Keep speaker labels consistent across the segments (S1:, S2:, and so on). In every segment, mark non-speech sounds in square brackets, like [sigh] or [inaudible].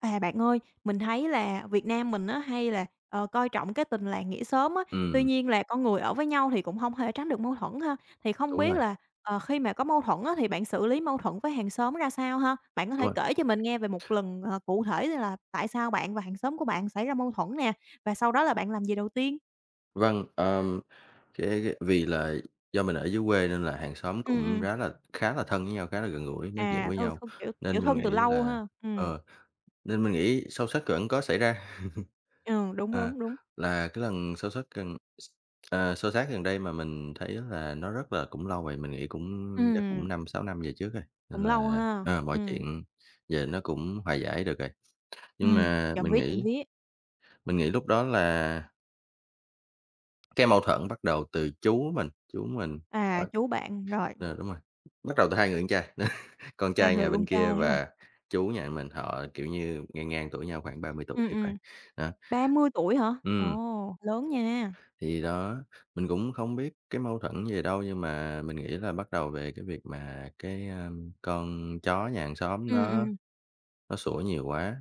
S1: À, bạn ơi, mình thấy là Việt Nam mình á hay là, coi trọng cái tình làng nghĩa xóm á, tuy
S2: Ừm,
S1: nhiên là con người ở với nhau thì cũng không hề tránh được mâu thuẫn ha. Thì không
S2: đúng
S1: biết
S2: rồi,
S1: là, khi mà có mâu thuẫn á thì bạn xử lý mâu thuẫn với hàng xóm ra sao ha? Bạn có
S2: đúng
S1: thể
S2: rồi.
S1: kể cho mình nghe về một lần, cụ thể là tại sao bạn và hàng xóm của bạn xảy ra mâu thuẫn nè, và sau đó là bạn làm gì đầu tiên?
S2: Vâng, ờm, cái vì là do mình ở dưới quê nên là hàng xóm
S1: Ừm,
S2: cũng
S1: ừm,
S2: rá là khá là thân với nhau, khá là gần gũi, nói chuyện
S1: à,
S2: với
S1: thân
S2: nhau,
S1: thân, kiểu,
S2: nên mình
S1: thân từ
S2: nghĩ
S1: lâu
S2: là
S1: ha.
S2: ờ, nên mình nghĩ sâu sát vẫn có xảy ra.
S1: Ừ, đúng,
S2: À,
S1: đúng, đúng.
S2: là cái lần sâu sát xô xát gần đây mà mình thấy là nó rất là cũng lâu rồi, mình nghĩ cũng chắc
S1: Ừm,
S2: cũng 5 6 năm về trước rồi,
S1: cũng
S2: nên
S1: lâu
S2: là,
S1: ha.
S2: mọi chuyện giờ nó cũng hòa giải được rồi. Nhưng
S1: Ừm,
S2: mà
S1: chậm
S2: mình
S1: vía, trộm
S2: nghĩ
S1: vía.
S2: mình nghĩ lúc đó là cái mâu thuẫn bắt đầu từ chú mình,
S1: À,
S2: ờ,
S1: chú bạn, rồi.
S2: đúng rồi, bắt đầu từ hai người con trai, [laughs] con
S1: Hai
S2: trai
S1: người
S2: nhà
S1: con
S2: bên
S1: trai
S2: kia
S1: ha?
S2: và chú nhà mình, họ, kiểu như, ngang ngang tuổi nhau khoảng 30 tuổi
S1: Ừm,
S2: thì phải,
S1: ừm.
S2: đó.
S1: 30 tuổi hả?
S2: Ừm,
S1: Ồ, lớn nha.
S2: thì đó, mình cũng không biết cái mâu thuẫn gì đâu, nhưng mà mình nghĩ là bắt đầu về cái việc mà con chó nhà hàng xóm
S1: Ừm,
S2: nó
S1: ừm.
S2: nó sủa nhiều quá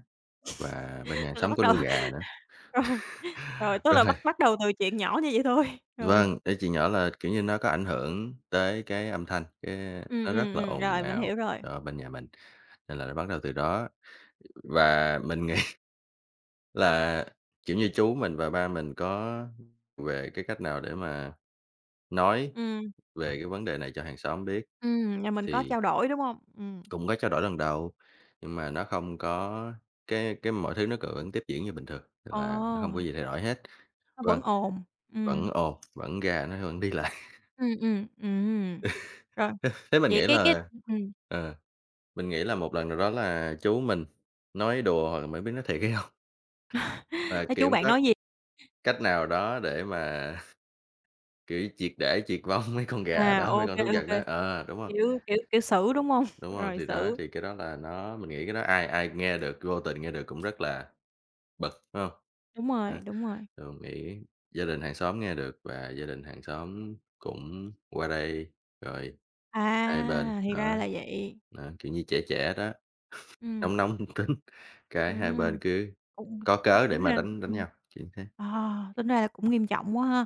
S2: và bên nhà
S1: [laughs]
S2: hàng
S1: Tức là
S2: xóm
S1: bắt
S2: có
S1: đầu
S2: nuôi gà nữa.
S1: [laughs] rồi, rồi, tức
S2: [laughs]
S1: là
S2: Rồi.
S1: bắt bắt đầu từ chuyện nhỏ như vậy thôi, [laughs] rồi.
S2: Vâng, ý chị nhỏ là, kiểu như, nó có ảnh hưởng tới cái âm thanh, cái nó rất là ồn
S1: Rồi, mình
S2: ào
S1: hiểu rồi.
S2: ở bên nhà mình, nên là nó bắt đầu từ đó. Và mình [laughs] nghĩ là, kiểu như, chú mình và ba mình có về cái cách nào để mà nói
S1: Ừm.
S2: về cái vấn đề này cho hàng xóm biết,
S1: Nhà mình có
S2: thì
S1: trao đổi, đúng hông? Ừm.
S2: cũng có trao đổi lần đầu, nhưng mà nó không có cái mọi thứ nó vẫn tiếp diễn như bình thường, tức
S1: Ờ.
S2: là nó không có gì thay đổi hết.
S1: Nó vẫn
S2: Vâng,
S1: ồn, ừm.
S2: vẫn ồn, vẫn gà nó vẫn đi lại.
S1: Ừm, ừm. Ừm, rồi.
S2: [laughs] Thế mình
S1: Vậy
S2: nghĩ
S1: cái
S2: là
S1: ừm,
S2: ờ. mình nghĩ là một lần nào đó là chú mình nói đùa hoặc là mình biết nói thiệt hay không, [laughs] mà,
S1: thế chú
S2: kiểu,
S1: bạn
S2: có
S1: nói gì?
S2: cách nào đó để mà, [laughs] kiểu, triệt để triệt vong [laughs] mấy con gà
S1: À,
S2: đó, mấy con thú
S1: ô
S2: vật đó.
S1: kê,
S2: Ờ, đúng không?
S1: kiểu, kiểu, kiểu, xử, đúng hông? [laughs]
S2: Đúng không?
S1: Rồi
S2: Thì đó,
S1: xử
S2: thì cái đó là nó mình nghĩ cái đó ai ai nghe được, vô tình nghe được cũng rất là bực, phải hông?
S1: đúng rồi,
S2: Đó,
S1: đúng rồi.
S2: rồi mình nghĩ gia đình hàng xóm nghe được và gia đình hàng xóm cũng qua đây, rồi hai bên
S1: À, thì
S2: đó,
S1: ra là vậy.
S2: đó, kiểu như, trẻ trẻ đó,
S1: Ừm,
S2: nóng nóng [laughs] tính, cái hai bên
S1: ừm.
S2: cứ
S1: Cũng
S2: có
S1: t
S2: cớ để
S1: tính
S2: mà
S1: ra
S2: đánh đánh nhau, kiểu thế,
S1: à, tính ra là cũng nghiêm trọng quá ha.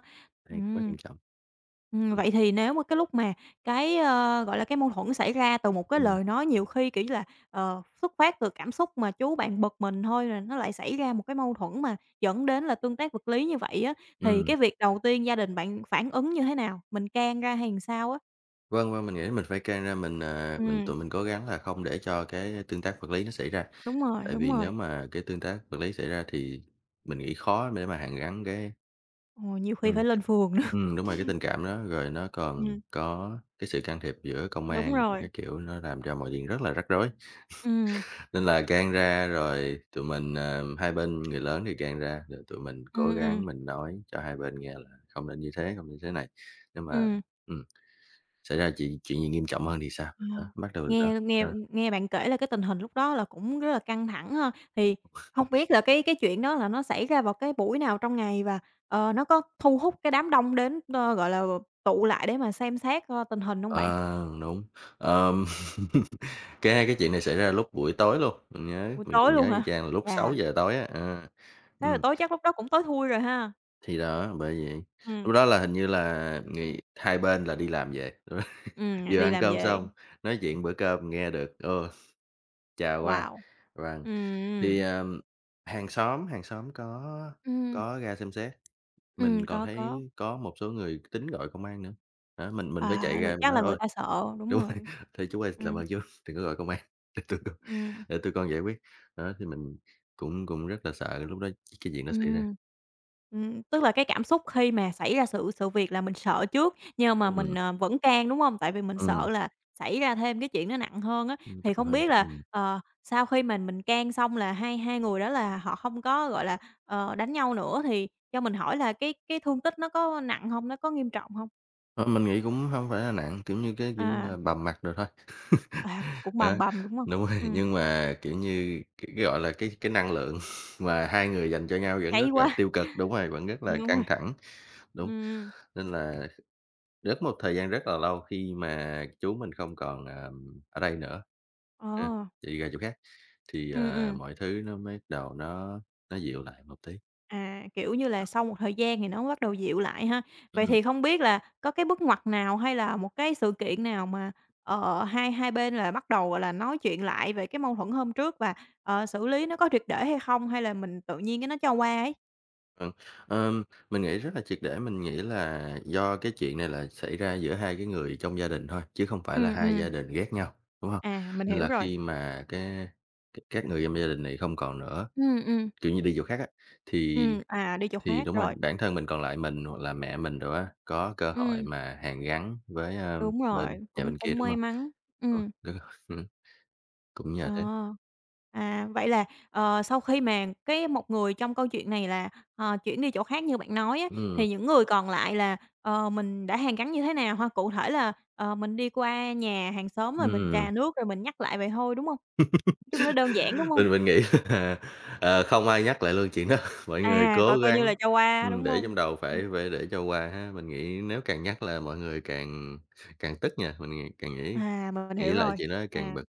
S2: đây cũng rất
S1: Ừm.
S2: nghiêm trọng. Ừm,
S1: Vậy thì nếu mà cái lúc mà cái, gọi là, cái mâu thuẫn xảy ra từ một cái
S2: ừm,
S1: lời nói nhiều khi, kiểu như là, xuất phát từ cảm xúc mà chú bạn bực mình thôi rồi nó lại xảy ra một cái mâu thuẫn mà dẫn đến là tương tác vật lý như vậy á, thì
S2: ừm.
S1: cái việc đầu tiên gia đình bạn phản ứng như thế nào? Mình can ra hay sao á?
S2: Vâng, vâng, mình nghĩ mình phải can ra mình, à, mình
S1: Ừm,
S2: tụi mình cố gắng là không để cho cái tương tác vật lý nó xảy ra.
S1: đúng rồi,
S2: Tại
S1: đúng
S2: vì nếu
S1: rồi.
S2: mà cái tương tác vật lý xảy ra thì mình nghĩ khó để mà hàn gắn cái
S1: Ồ, nhiều khi phải
S2: ừm,
S1: lên phường nữa.
S2: đúng rồi, cái
S1: [laughs]
S2: tình cảm đó, rồi nó còn
S1: Ừm,
S2: có cái sự can thiệp giữa công
S1: đúng
S2: an
S1: rồi.
S2: các kiểu, nó làm cho mọi chuyện rất là rắc rối.
S1: Ừm,
S2: Nên là gan ra rồi tụi mình, hai bên người lớn thì gan ra, rồi tụi mình cố
S1: ừm, ừm,
S2: gắng mình nói cho hai bên nghe là không nên như thế, không như thế này. Nếu mà
S1: ừm.
S2: ừm, xảy ra chuyện chuyện gì nghiêm trọng hơn thì sao?
S1: Ờ,
S2: Đó, bắt đầu từ đó.
S1: nghe nghe
S2: Ờ,
S1: nghe bạn kể là cái tình hình lúc đó là cũng rất là căng thẳng ha. Thì không biết là cái chuyện đó là nó xảy ra vào cái buổi nào trong ngày và, nó có thu hút cái đám đông đến, gọi là, tụ lại để mà xem xét, tình hình không bạn?
S2: ờ, đúng. Ờm, [laughs] cái hai cái chuyện này xảy ra lúc buổi tối luôn, mình nhớ,
S1: Buổi
S2: mình
S1: tối
S2: còn
S1: luôn
S2: nhớ y
S1: hả?
S2: chang là lúc
S1: Dạ.
S2: 6:00 tối á,
S1: Thế là
S2: ừm,
S1: tối chắc lúc đó cũng tối thui rồi ha?
S2: thì đó, bởi vậy.
S1: Ừ.
S2: Lúc đó là hình như là người hai bên là đi làm về, [laughs]
S1: Ừm,
S2: vừa
S1: đi
S2: ăn
S1: làm
S2: cơm
S1: về.
S2: xong, nói chuyện bữa cơm nghe được, ờ. Chào qua.
S1: Wow!
S2: Vâng,
S1: Ừ.
S2: thì, hàng xóm
S1: Ừ.
S2: có ra xem xét,
S1: Ừm,
S2: mình còn
S1: có, có.
S2: thấy có một số người tính gọi công an nữa. Đó, mình phải chạy
S1: À, người
S2: ra mình
S1: chắc
S2: nói:
S1: là người
S2: "Ôi",
S1: ta sợ, đúng
S2: đúng
S1: rồi.
S2: rồi, [laughs] "Thôi chú ơi,
S1: Ừ.
S2: làm ơn chú đừng có gọi công an, để tụi con
S1: Ừ.
S2: để tụi con giải quyết." Đó, thì mình cũng cũng rất là sợ lúc đó cái chuyện đó xảy ra.
S1: Ừm. Tức là cái cảm xúc khi mà xảy ra sự sự việc là mình sợ trước, nhưng mà mình,
S2: Ừm,
S1: vẫn can, đúng hông? Tại vì mình
S2: ừm,
S1: sợ là xảy ra thêm cái chuyện nó nặng hơn á.
S2: nghiêm
S1: Thì
S2: trọng
S1: không
S2: hơn,
S1: biết là,
S2: ừm.
S1: sau khi mà mình can xong là hai hai người đó là họ không có, gọi là, đánh nhau nữa thì cho mình hỏi là cái thương tích nó có nặng hông? Nó có nghiêm trọng hông?
S2: Thôi mình nghĩ cũng hông phải là nặng, kiểu như, cái, kiểu như
S1: À,
S2: là, bầm mặt rồi thôi.
S1: à, cũng
S2: Đó,
S1: bầm bầm, đúng hông?
S2: đúng rồi,
S1: Ừm,
S2: nhưng mà, kiểu như, gọi là, cái năng lượng [laughs] mà hai người dành cho nhau vẫn rất
S1: cháy
S2: là
S1: quá.
S2: tiêu cực, đúng rồi, vẫn rất là
S1: Đúng rồi.
S2: căng thẳng, đúng.
S1: Ừm,
S2: Nên là rất một thời gian rất là lâu khi mà chú mình không còn, ở đây nữa,
S1: ờ,
S2: a, chạy ra chỗ khác, thì, à,
S1: ừm.
S2: mọi thứ nó mới bắt đầu nó dịu lại một tí.
S1: À, kiểu như là, sau một thời gian thì nó bắt đầu dịu lại ha. Vậy
S2: Ừm.
S1: thì không biết là có cái bước ngoặt nào hay là một cái sự kiện nào mà, hai hai bên là bắt đầu, gọi là, nói chuyện lại về cái mâu thuẫn hôm trước và, xử lý nó có triệt để hay không? Hay là mình tự nhiên cái nó cho qua ấy?
S2: Vâng, ờm, mình nghĩ rất là triệt để, mình nghĩ là do cái chuyện này là xảy ra giữa hai cái người trong gia đình thôi, chứ không phải là
S1: Ừm,
S2: hai
S1: ừm.
S2: gia đình ghét nhau, đúng không?
S1: À, mình
S2: Nên
S1: hiểu
S2: là
S1: rồi.
S2: khi mà cái c các người trong gia đình này không còn nữa,
S1: Ừm, ừm,
S2: kiểu như, đi chỗ khác á, thì
S1: à, đi chỗ
S2: thì
S1: khác
S2: đúng rồi,
S1: rồi.
S2: bản thân mình còn lại mình hoặc là mẹ mình rồi á, có cơ hội
S1: Ừm,
S2: mà hàn gắn với,
S1: đúng
S2: bên
S1: rồi,
S2: nhà
S1: cũng
S2: bên kia,
S1: cũng
S2: đúng
S1: may
S2: không?
S1: mắn.
S2: Ờ,
S1: Ừm.
S2: đúng rồi, [laughs] cũng
S1: Ờ.
S2: nhờ thế.
S1: À, vậy là, sau khi mà cái một người trong câu chuyện này là, chuyển đi chỗ khác như bạn nói á,
S2: Ừm,
S1: thì những người còn lại là, mình đã hàn gắn như thế nào ha? Cụ thể là, mình đi qua nhà hàng xóm rồi mình
S2: ừm.
S1: trà nước rồi mình nhắc lại vậy thôi, đúng không? Nói chung nó đơn giản, đúng không?
S2: Mình nghĩ là, không ai nhắc lại luôn chuyện đó, [laughs] mọi người
S1: À, coi
S2: cố
S1: coi như
S2: gắng,
S1: là cho qua, đúng
S2: để trong
S1: không?
S2: đầu
S1: Ừm.
S2: phải phải để cho qua ha. Mình nghĩ nếu càng nhắc là mọi người càng càng tức nha, mình nghĩ càng nghĩ
S1: À, mình
S2: nghĩ
S1: hiểu
S2: lại
S1: rồi.
S2: chuyện đó càng
S1: À,
S2: bực.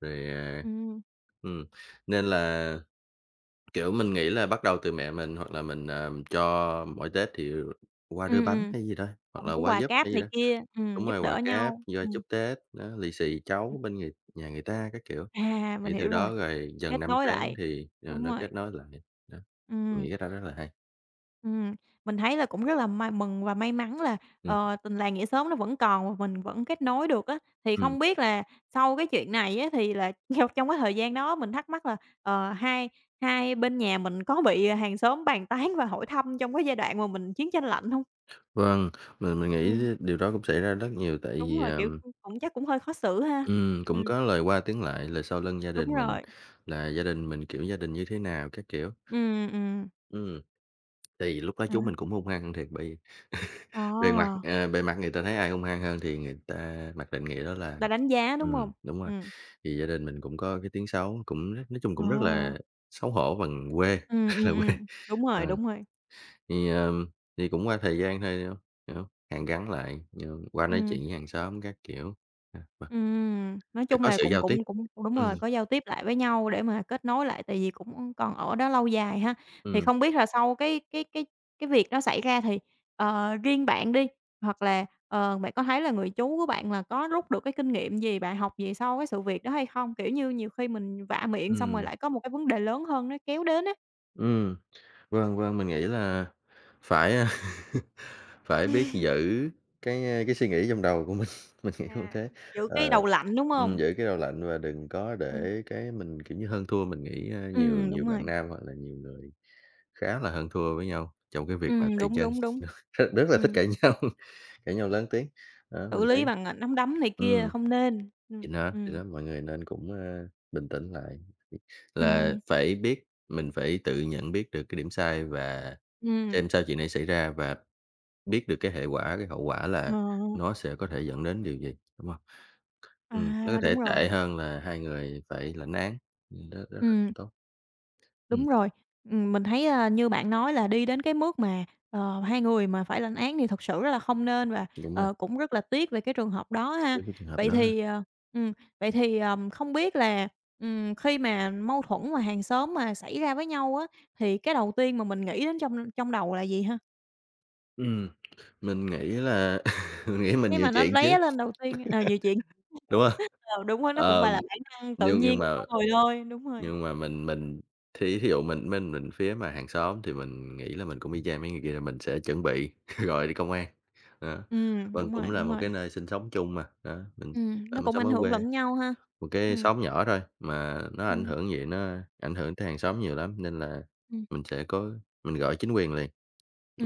S2: Rồi,
S1: ừm,
S2: ừm, nên là, kiểu, mình nghĩ là bắt đầu từ mẹ mình hoặc là mình, à, cho mỗi Tết thì qua đưa
S1: ừm,
S2: bánh
S1: ừm,
S2: hay gì đó, hoặc
S1: cũng
S2: là
S1: cũng
S2: qua
S1: quà
S2: giúp
S1: cáp
S2: hay gì
S1: này
S2: đó.
S1: kia,
S2: Đúng
S1: giúp
S2: rồi, quà
S1: đỡ
S2: cáp,
S1: nhau.
S2: qua chúc Tết, đó, lì xì
S1: Ừm.
S2: cháu bên người nhà người ta các kiểu.
S1: À, mình
S2: Nghĩ từ
S1: hiểu rồi,
S2: đó rồi dần
S1: kết
S2: năm
S1: nối
S2: tháng
S1: lại.
S2: thì,
S1: Đúng
S2: nó
S1: rồi.
S2: kết nối lại, đó, mình
S1: Ừm.
S2: nghĩ cái đó rất là hay.
S1: Ừm, mình thấy là cũng rất là may mừng và may mắn là,
S2: Ừm,
S1: tình làng nghĩa xóm nó vẫn còn và mình vẫn kết nối được á. Thì
S2: ừm,
S1: không biết là sau cái chuyện này á, thì là [laughs] do trong cái thời gian đó mình thắc mắc là, hai hai bên nhà mình có bị hàng xóm bàn tán và hỏi thăm trong cái giai đoạn mà mình chiến tranh lạnh hông?
S2: vâng, mình
S1: Ừm,
S2: nghĩ điều đó cũng xảy ra rất nhiều tại
S1: đúng
S2: vì,
S1: rồi, kiểu, cũng cũng chắc cũng hơi khó xử ha.
S2: cũng
S1: Ừm,
S2: có lời qua tiếng lại, lời sau lưng gia
S1: đúng
S2: đình mình
S1: rồi.
S2: là gia đình mình, kiểu, gia đình như thế nào các kiểu.
S1: Ừm, ừm,
S2: Ừm, thì lúc đó
S1: à,
S2: chú mình cũng hung hăng thiệt bị [laughs] bề mặt,
S1: ờ,
S2: bề mặt người ta thấy ai hung hăng hơn thì người ta mặc định nghĩa đó là
S1: là đánh giá, đúng hông?
S2: đúng rồi,
S1: Ừm,
S2: thì gia đình mình cũng có cái tiếng xấu, cũng rất nói chung
S1: ờ,
S2: cũng rất là xấu hổ bằng quê, [laughs] rất là quê.
S1: đúng rồi,
S2: Ờ.
S1: đúng rồi.
S2: Thì, ờm, thì cũng qua thời gian thôi, hiểu hông? Hiểu. Hàn gắn lại, như qua nói
S1: Ừm,
S2: chuyện với hàng xóm các kiểu, à, và
S1: nói
S2: phải
S1: chung
S2: có
S1: là
S2: sự
S1: cũng
S2: giao tiếp.
S1: cũng cũng đúng
S2: Ừm,
S1: rồi, có giao tiếp lại với nhau để mà kết nối lại, tại vì cũng còn ở đó lâu dài ha. Thì
S2: ừm,
S1: không biết là sau cái cái việc đó xảy ra thì, riêng bạn đi, hoặc là, bạn có thấy là người chú của bạn là có rút được cái kinh nghiệm gì, bạn học gì sau cái sự việc đó hay không? Kiểu như, nhiều khi mình vạ miệng xong rồi
S2: ừm,
S1: lại có một cái vấn đề lớn hơn nó kéo đến á.
S2: ừm, vâng, vâng, mình nghĩ là phải, [laughs] phải biết giữ cái, cái suy nghĩ trong đầu của mình, [laughs] mình nghĩ như
S1: À,
S2: thế.
S1: giữ
S2: Ờ,
S1: cái đầu lạnh, đúng hông?
S2: giữ cái đầu lạnh và đừng có
S1: Ừm,
S2: để cái mình, kiểu như, hơn thua. Mình nghĩ, nhiều nhiều
S1: đúng rồi,
S2: bạn nam hoặc là nhiều người khá là hơn thua với nhau trong cái việc mà tay
S1: đúng,
S2: chân,
S1: đúng, đúng.
S2: [laughs] rất rất là thích
S1: Ừm.
S2: cãi nhau. Cãi nhau lớn tiếng, đó,
S1: Xử
S2: mình
S1: lý
S2: thấy
S1: bằng, à, nắm đấm này kia,
S2: ừm,
S1: không nên.
S2: thì đó, mọi người nên cũng, bình tĩnh lại, là
S1: Ừm,
S2: phải biết mình phải tự nhận biết được cái điểm sai và
S1: ừm,
S2: xem sao chuyện này xảy ra và biết được cái hệ quả, cái hậu quả
S1: ờ,
S2: là nó sẽ có thể dẫn đến điều gì, đúng không? Nó có
S1: à,
S2: thể
S1: đúng rồi,
S2: tệ hơn là hai người phải lãnh án, đó đó là
S1: ừm,
S2: tốt. Ừm,
S1: đúng rồi. Mình thấy, a, như bạn nói là đi đến cái mức mà, hai người mà phải lãnh án thì thật sự rất là
S2: ừm,
S1: không nên và,
S2: đúng rồi,
S1: cũng rất là tiếc về cái trường hợp đó ha.
S2: với cái trường hợp
S1: Vậy
S2: đó ha.
S1: thì, ờ ừm, vậy thì, không biết là, khi mà mâu thuẫn mà hàng xóm mà xảy ra với nhau á, thì cái đầu tiên mà mình nghĩ đến trong trong đầu là gì ha?
S2: Ừm, mình nghĩ là [laughs] mình nghĩ mình
S1: Cái
S2: nhiều
S1: mà nó
S2: chuyện chứ,
S1: lóe lên đầu tiên, về chuyện
S2: đúng không?
S1: Ờ, đúng rồi, nó cũng, gọi
S2: Ờm,
S1: là, bản năng tự
S2: nhưng
S1: nhiên
S2: nhưng
S1: của
S2: mà
S1: con người thôi, đúng rồi.
S2: Nhưng mà mình thí thí dụ mình phía mà hàng xóm thì mình nghĩ là mình cũng y chang mấy người kia, là mình sẽ chuẩn bị [laughs] gọi đi công an, đó. Vâng,
S1: Đúng rồi,
S2: cũng là
S1: đúng
S2: một
S1: rồi.
S2: cái nơi sinh sống chung mà, đó, tại
S1: Nó
S2: mình
S1: cũng
S2: sống
S1: ảnh
S2: ở
S1: hưởng
S2: quê,
S1: lẫn nhau ha.
S2: một cái
S1: Ừm,
S2: xóm nhỏ thôi, mà nó ảnh
S1: ừm,
S2: hưởng gì nó ảnh hưởng tới hàng xóm nhiều lắm, nên là
S1: ừm,
S2: mình sẽ có mình gọi chính quyền liền,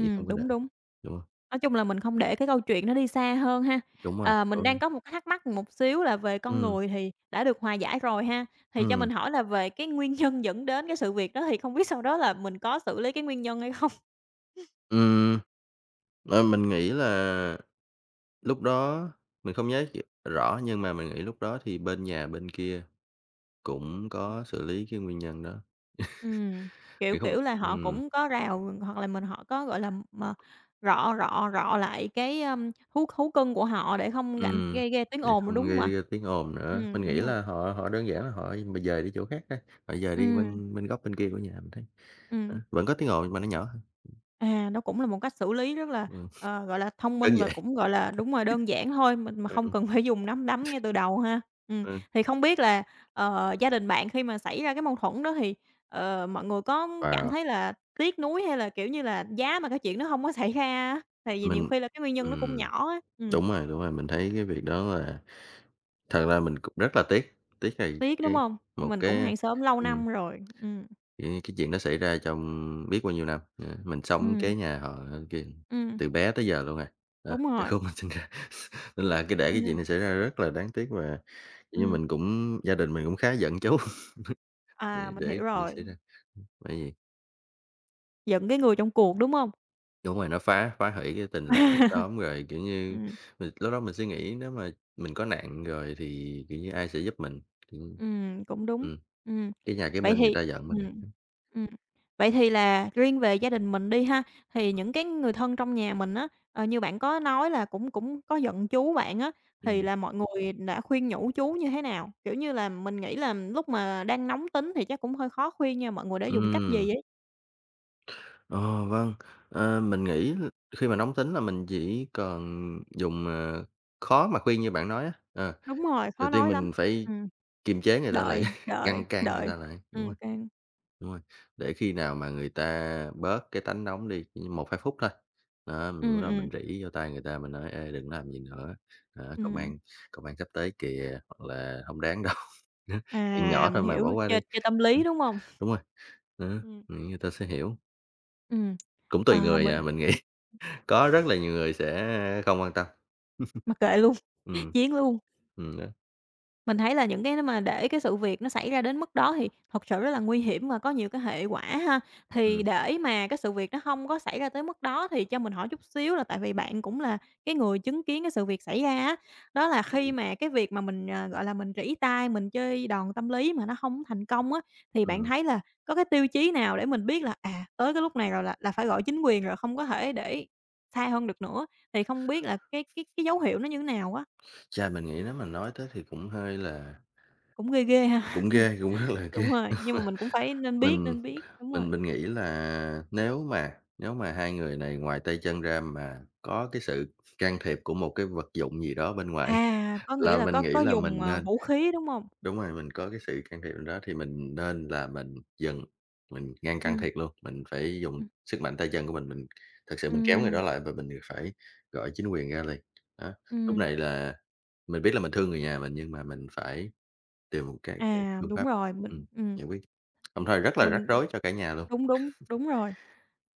S2: vậy không có
S1: đúng,
S2: đợi.
S1: đúng.
S2: Đúng rồi,
S1: Nói chung là mình không để cái câu chuyện nó đi xa hơn ha.
S2: đúng rồi,
S1: Ờ,
S2: có
S1: mình đang có một cái thắc mắc một xíu là về con
S2: ừm,
S1: người thì đã được hòa giải rồi ha, thì cho mình
S2: ừm,
S1: hỏi là về cái nguyên nhân dẫn đến cái sự việc đó thì không biết sau đó là mình có xử lý cái nguyên nhân hay không?
S2: ừm, mình nghĩ là lúc đó mình không nhớ rõ nhưng mà mình nghĩ lúc đó thì bên nhà bên kia cũng có xử lý cái nguyên nhân đó,
S1: Ừm, kiểu,
S2: để không
S1: kiểu là, họ
S2: ừm,
S1: cũng có rào hoặc là mình họ có, gọi là, mà rọ rọ rọ lại cái, ưm, thú thú cưng của họ để không gạnh
S2: ừm,
S1: gây gây tiếng
S2: để
S1: ồn nữa, đúng
S2: không
S1: hông ạ?
S2: gây ra tiếng ồn nữa. Mình nghĩ
S1: Đúng rồi.
S2: là họ họ đơn giản là họ mà dời đi chỗ khác á, họ dời đi
S1: Ừm,
S2: bên bên góc bên kia của nhà mình thấy,
S1: ừm.
S2: á, vẫn có tiếng ồn nhưng mà nó nhỏ hơn.
S1: À, đó cũng là một cách xử lý rất là,
S2: Ừm,
S1: gọi là, thông
S2: đơn
S1: minh và
S2: giản,
S1: cũng, gọi là đúng rồi, đơn giản thôi, mình mà
S2: [laughs]
S1: không
S2: ừm,
S1: cần [laughs] phải dùng nắm đấm ngay từ đầu ha. Ừm,
S2: ừm.
S1: thì không biết là, gia đình bạn khi mà xảy ra cái mâu thuẫn đó thì, mọi người có cảm
S2: Wow,
S1: thấy là tiếc nuối hay là, kiểu như là, giá mà cái chuyện nó không có [laughs] xảy ra á? Tại vì nhiều
S2: mình
S1: khi là cái nguyên nhân nó cũng
S2: ừm,
S1: nhỏ á,
S2: đúng rồi, mình thấy cái việc đó là thật ra mình cũng rất là tiếc, tiếc là
S1: tiếc, đúng
S2: cái
S1: không?
S2: một
S1: Mình cũng
S2: cái
S1: hàng xóm lâu
S2: ừm.
S1: năm rồi,
S2: Cái chuyện đó xảy ra trong biết bao nhiêu năm, mình sống
S1: ừm,
S2: kế nhà họ kìa
S1: ừm,
S2: từ bé tới giờ luôn rồi, đó,
S1: đúng
S2: từ
S1: rồi,
S2: khúc mình sinh ra. [laughs] Nên là cái để
S1: à,
S2: cái chuyện này xảy ra rất là đáng tiếc và, kiểu như,
S1: ừm,
S2: mình cũng gia đình mình cũng khá giận chú [laughs]
S1: à,
S2: để
S1: mình
S2: để cái
S1: hiểu
S2: chuyện này xảy
S1: rồi,
S2: ra. Bởi vì
S1: giận cái người trong cuộc, đúng không?
S2: đúng rồi, nó phá phá hủy cái tình làng nghĩa
S1: [laughs]
S2: xóm rồi, kiểu như,
S1: Ừm.
S2: mình lúc đó mình suy nghĩ nếu mà mình có nạn rồi thì, kiểu như, ai sẽ giúp mình, kiểu
S1: Cũng đúng.
S2: ừm,
S1: Ừm,
S2: cái nhà cái
S1: vậy
S2: bên người
S1: thì
S2: ta giận mình
S1: ừm,
S2: à.
S1: ừm, vậy thì là riêng về gia đình mình đi ha, thì những cái người thân trong nhà mình á, như bạn có nói là cũng cũng có giận chú bạn á, thì
S2: Ừm.
S1: là mọi người đã khuyên nhủ chú như thế nào? Kiểu như là, mình nghĩ là lúc mà đang nóng tính thì chắc cũng hơi khó khuyên nha, mọi người đã dùng cách gì ấy?
S2: Ờ, vâng, mình nghĩ khi mà nóng tính là mình chỉ cần dùng, khó mà khuyên như bạn nói á. Ờ,
S1: Đúng rồi,
S2: đầu
S1: khó
S2: tiên
S1: nói lắm.
S2: mình phải
S1: Ừm,
S2: kiềm chế người ta lại,
S1: đợi,
S2: [laughs]
S1: đợi,
S2: ngăn cản người
S1: đợi.
S2: ta lại,
S1: Căng.
S2: đúng rồi, để khi nào mà người ta bớt cái tánh nóng đi, chỉ 1, 2 phút thôi. Đó, mình
S1: Ừm,
S2: bắt đầu
S1: ừm,
S2: mình rỉ vô tai người ta, mình nói: "Ê, đừng làm gì nữa, đó,
S1: ừm.
S2: công an sắp tới kìa", hoặc là không đáng đâu, [laughs] chuyện
S1: À,
S2: nhỏ
S1: mình
S2: thôi mà, bỏ
S1: hiểu,
S2: qua đi."
S1: chơi chơi tâm lý, đúng hông?
S2: Đúng rồi, đó,
S1: Ừm,
S2: nghĩ người ta sẽ hiểu,
S1: ừm.
S2: cũng tùy
S1: Ờ,
S2: người
S1: mình
S2: à, mình nghĩ có rất là nhiều người sẽ không quan tâm. [laughs]
S1: Mặc kệ luôn,
S2: Ừm,
S1: [laughs] chiến luôn.
S2: ừm, đó,
S1: Mình thấy là những cái mà để cái sự việc nó xảy ra đến mức đó thì thật sự rất là nguy hiểm và có nhiều cái hệ quả ha. Thì
S2: ừm,
S1: để mà cái sự việc nó không có xảy ra tới mức đó thì cho mình hỏi chút xíu là tại vì bạn cũng là cái người chứng kiến cái sự việc xảy ra á, đó là khi
S2: ừm,
S1: mà cái việc mà mình, gọi là, mình rỉ tai, mình chơi đòn tâm lý mà nó không thành công á, thì bạn
S2: ừm.
S1: thấy là có cái tiêu chí nào để mình biết là, à, tới cái lúc này rồi là phải gọi chính quyền rồi, không có thể để xa hơn được nữa? Thì không biết là cái dấu hiệu nó như thế nào á?
S2: Chà, mình nghĩ nếu mà nói tới thì cũng hơi là
S1: Cũng ghê ghê ha.
S2: cũng
S1: [laughs]
S2: ghê, cũng rất là [laughs] ghê.
S1: Đúng rồi, nhưng mà mình cũng phải
S2: Mình
S1: nên biết, đúng rồi.
S2: mình nghĩ là nếu mà hai người này ngoài tay chân ra mà có cái sự can thiệp của một cái vật dụng gì đó bên ngoài
S1: À, có
S2: [laughs]
S1: nghĩa
S2: là
S1: là
S2: mình nghĩ
S1: có
S2: là
S1: dùng,
S2: mình nên.
S1: vũ khí, đúng không?
S2: Đúng rồi, mình có cái sự can thiệp đó thì mình nên là mình dừng, mình ngăn can
S1: Ừm,
S2: thiệp luôn, mình phải dùng
S1: ừm,
S2: sức mạnh tay chân của mình thực sự mình kéo người
S1: ừm,
S2: đó lại và mình phải gọi chính quyền ra liền. Đó, lúc
S1: ừm.
S2: này là mình biết là mình thương người nhà mình nhưng mà mình phải tìm một cái
S1: À,
S2: phương
S1: đúng
S2: pháp
S1: rồi,
S2: ừm, giải quyết, đồng thời rất là rắc
S1: mình
S2: rối cho cả nhà luôn.
S1: đúng, đúng, đúng rồi.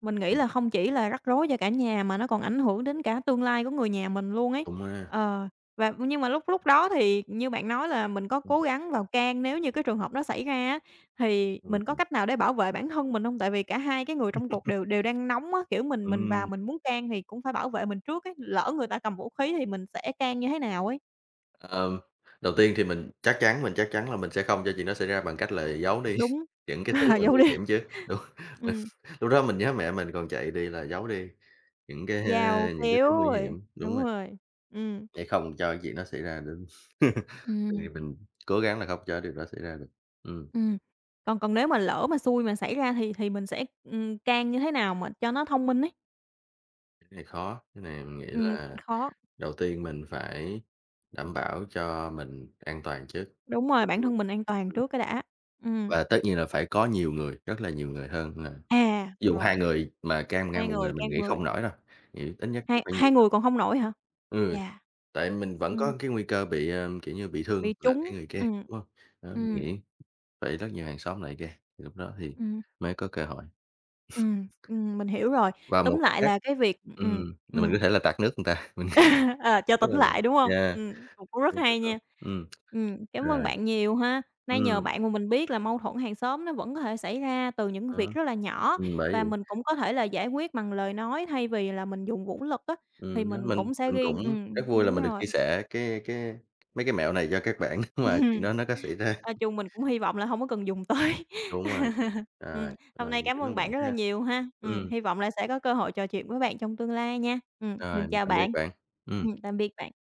S1: Mình nghĩ
S2: Ừm,
S1: là không chỉ là rắc rối cho cả nhà mà nó còn ảnh hưởng đến cả tương lai của người nhà mình luôn ấy.
S2: đúng ha.
S1: Ờ, và nhưng mà lúc lúc đó thì như bạn nói là mình có cố gắng vào can nếu như cái trường hợp đó xảy ra á, thì
S2: Ừm,
S1: mình có
S2: ừm.
S1: cách nào để bảo vệ bản thân mình không? Tại vì cả hai cái người trong cuộc đều đều đang nóng á, kiểu, mình vào
S2: Ừm.
S1: mình muốn can thì cũng phải bảo vệ mình trước ấy, lỡ người ta cầm vũ khí thì mình sẽ can như thế nào ấy.
S2: Ờm, đầu tiên thì mình chắc chắn là mình sẽ không cho chuyện đó xảy ra bằng cách là giấu đi
S1: Đúng,
S2: [laughs] những
S1: [laughs]
S2: cái thứ
S1: à,
S2: mà
S1: giấu
S2: nguy
S1: đi.
S2: hiểm chứ, đúng. [laughs] Mình
S1: Ừm,
S2: lúc đó mình nhớ mẹ mình còn chạy đi là giấu đi những cái,
S1: dao,
S2: những cái
S1: kéo
S2: thứ nguy
S1: rồi
S2: hiểm, đúng
S1: đúng
S2: rồi,
S1: rồi, ừ
S2: để không cho chuyện đó xảy ra đến [laughs]
S1: ừ
S2: thì mình cố gắng là không cho điều đó xảy ra được. Ừm,
S1: Ừm. Còn còn nếu mà lỡ mà xui mà xảy ra thì mình sẽ, can như thế nào mà cho nó thông minh ấy?
S2: cái này khó, cái này mình nghĩ là
S1: Khó
S2: đầu tiên mình phải đảm bảo cho mình an toàn trước.
S1: đúng rồi, bản thân mình an toàn
S2: Ừm,
S1: trước cái đã. Ừm.
S2: và tất nhiên là phải có nhiều người, rất là nhiều người hơn.
S1: À,
S2: Ví dụ hai
S1: rồi,
S2: người mà cam
S1: hai
S2: ngang một
S1: người
S2: người
S1: can
S2: mình nghĩ
S1: người,
S2: không nổi đâu, nghĩ ít nhất cũng
S1: hai
S2: phải
S1: hai
S2: nhiều
S1: người còn hông nổi hả?
S2: ừ,
S1: Chà.
S2: tại mình vẫn
S1: Ừm,
S2: có cái nguy cơ bị, kiểu như, bị thương
S1: bị
S2: là
S1: trúng,
S2: cái người kia, đúng hông? Đó, mình
S1: Ừm,
S2: nghĩ phải rất nhiều hàng xóm lại kê, thì lúc đó thì
S1: ừm,
S2: mới có cơ hội.
S1: mình hiểu rồi.
S2: Và một
S1: Tóm
S2: cách
S1: lại
S2: khác
S1: là cái việc
S2: là mình
S1: ừm.
S2: có thể là tạt nước người ta,
S1: [laughs] Ờ, cho
S2: tức
S1: tỉnh
S2: là
S1: lại, đúng không?
S2: yeah,
S1: Cũng cũng rất
S2: đúng rồi
S1: hay
S2: đó,
S1: nha.
S2: ừm,
S1: Cảm ơn
S2: rồi,
S1: bạn nhiều ha. Nay nhờ
S2: ừm,
S1: bạn mà mình biết là mâu thuẫn hàng xóm nó vẫn có thể xảy ra từ những việc
S2: đó,
S1: rất là nhỏ
S2: bởi
S1: và
S2: vậy,
S1: mình cũng có thể là giải quyết bằng lời nói thay vì là mình dùng vũ lực á, thì
S2: đó,
S1: mình cũng sẽ
S2: mình
S1: ghi
S2: cũng rất vui là
S1: đúng
S2: mình được
S1: rồi.
S2: chia sẻ cái mấy cái mẹo này cho các bạn [laughs] nếu mà chuyện đó
S1: [laughs]
S2: nó có xảy ra.
S1: Nói chung mình cũng hy vọng là không có cần dùng tới.
S2: Đúng rồi,
S1: [laughs] Ừm,
S2: rồi,
S1: hôm
S2: rồi,
S1: nay
S2: mình
S1: cảm
S2: cảm
S1: ơn
S2: ơn
S1: bạn
S2: bạn
S1: rất là
S2: ha.
S1: nhiều ha.
S2: Ừm,
S1: Hy vọng là sẽ có cơ hội trò chuyện với bạn trong tương lai nha.
S2: rồi,
S1: Mình
S2: mình
S1: chào
S2: tạm biệt
S1: bạn.
S2: bạn. Ừm.
S1: Tạm biệt bạn.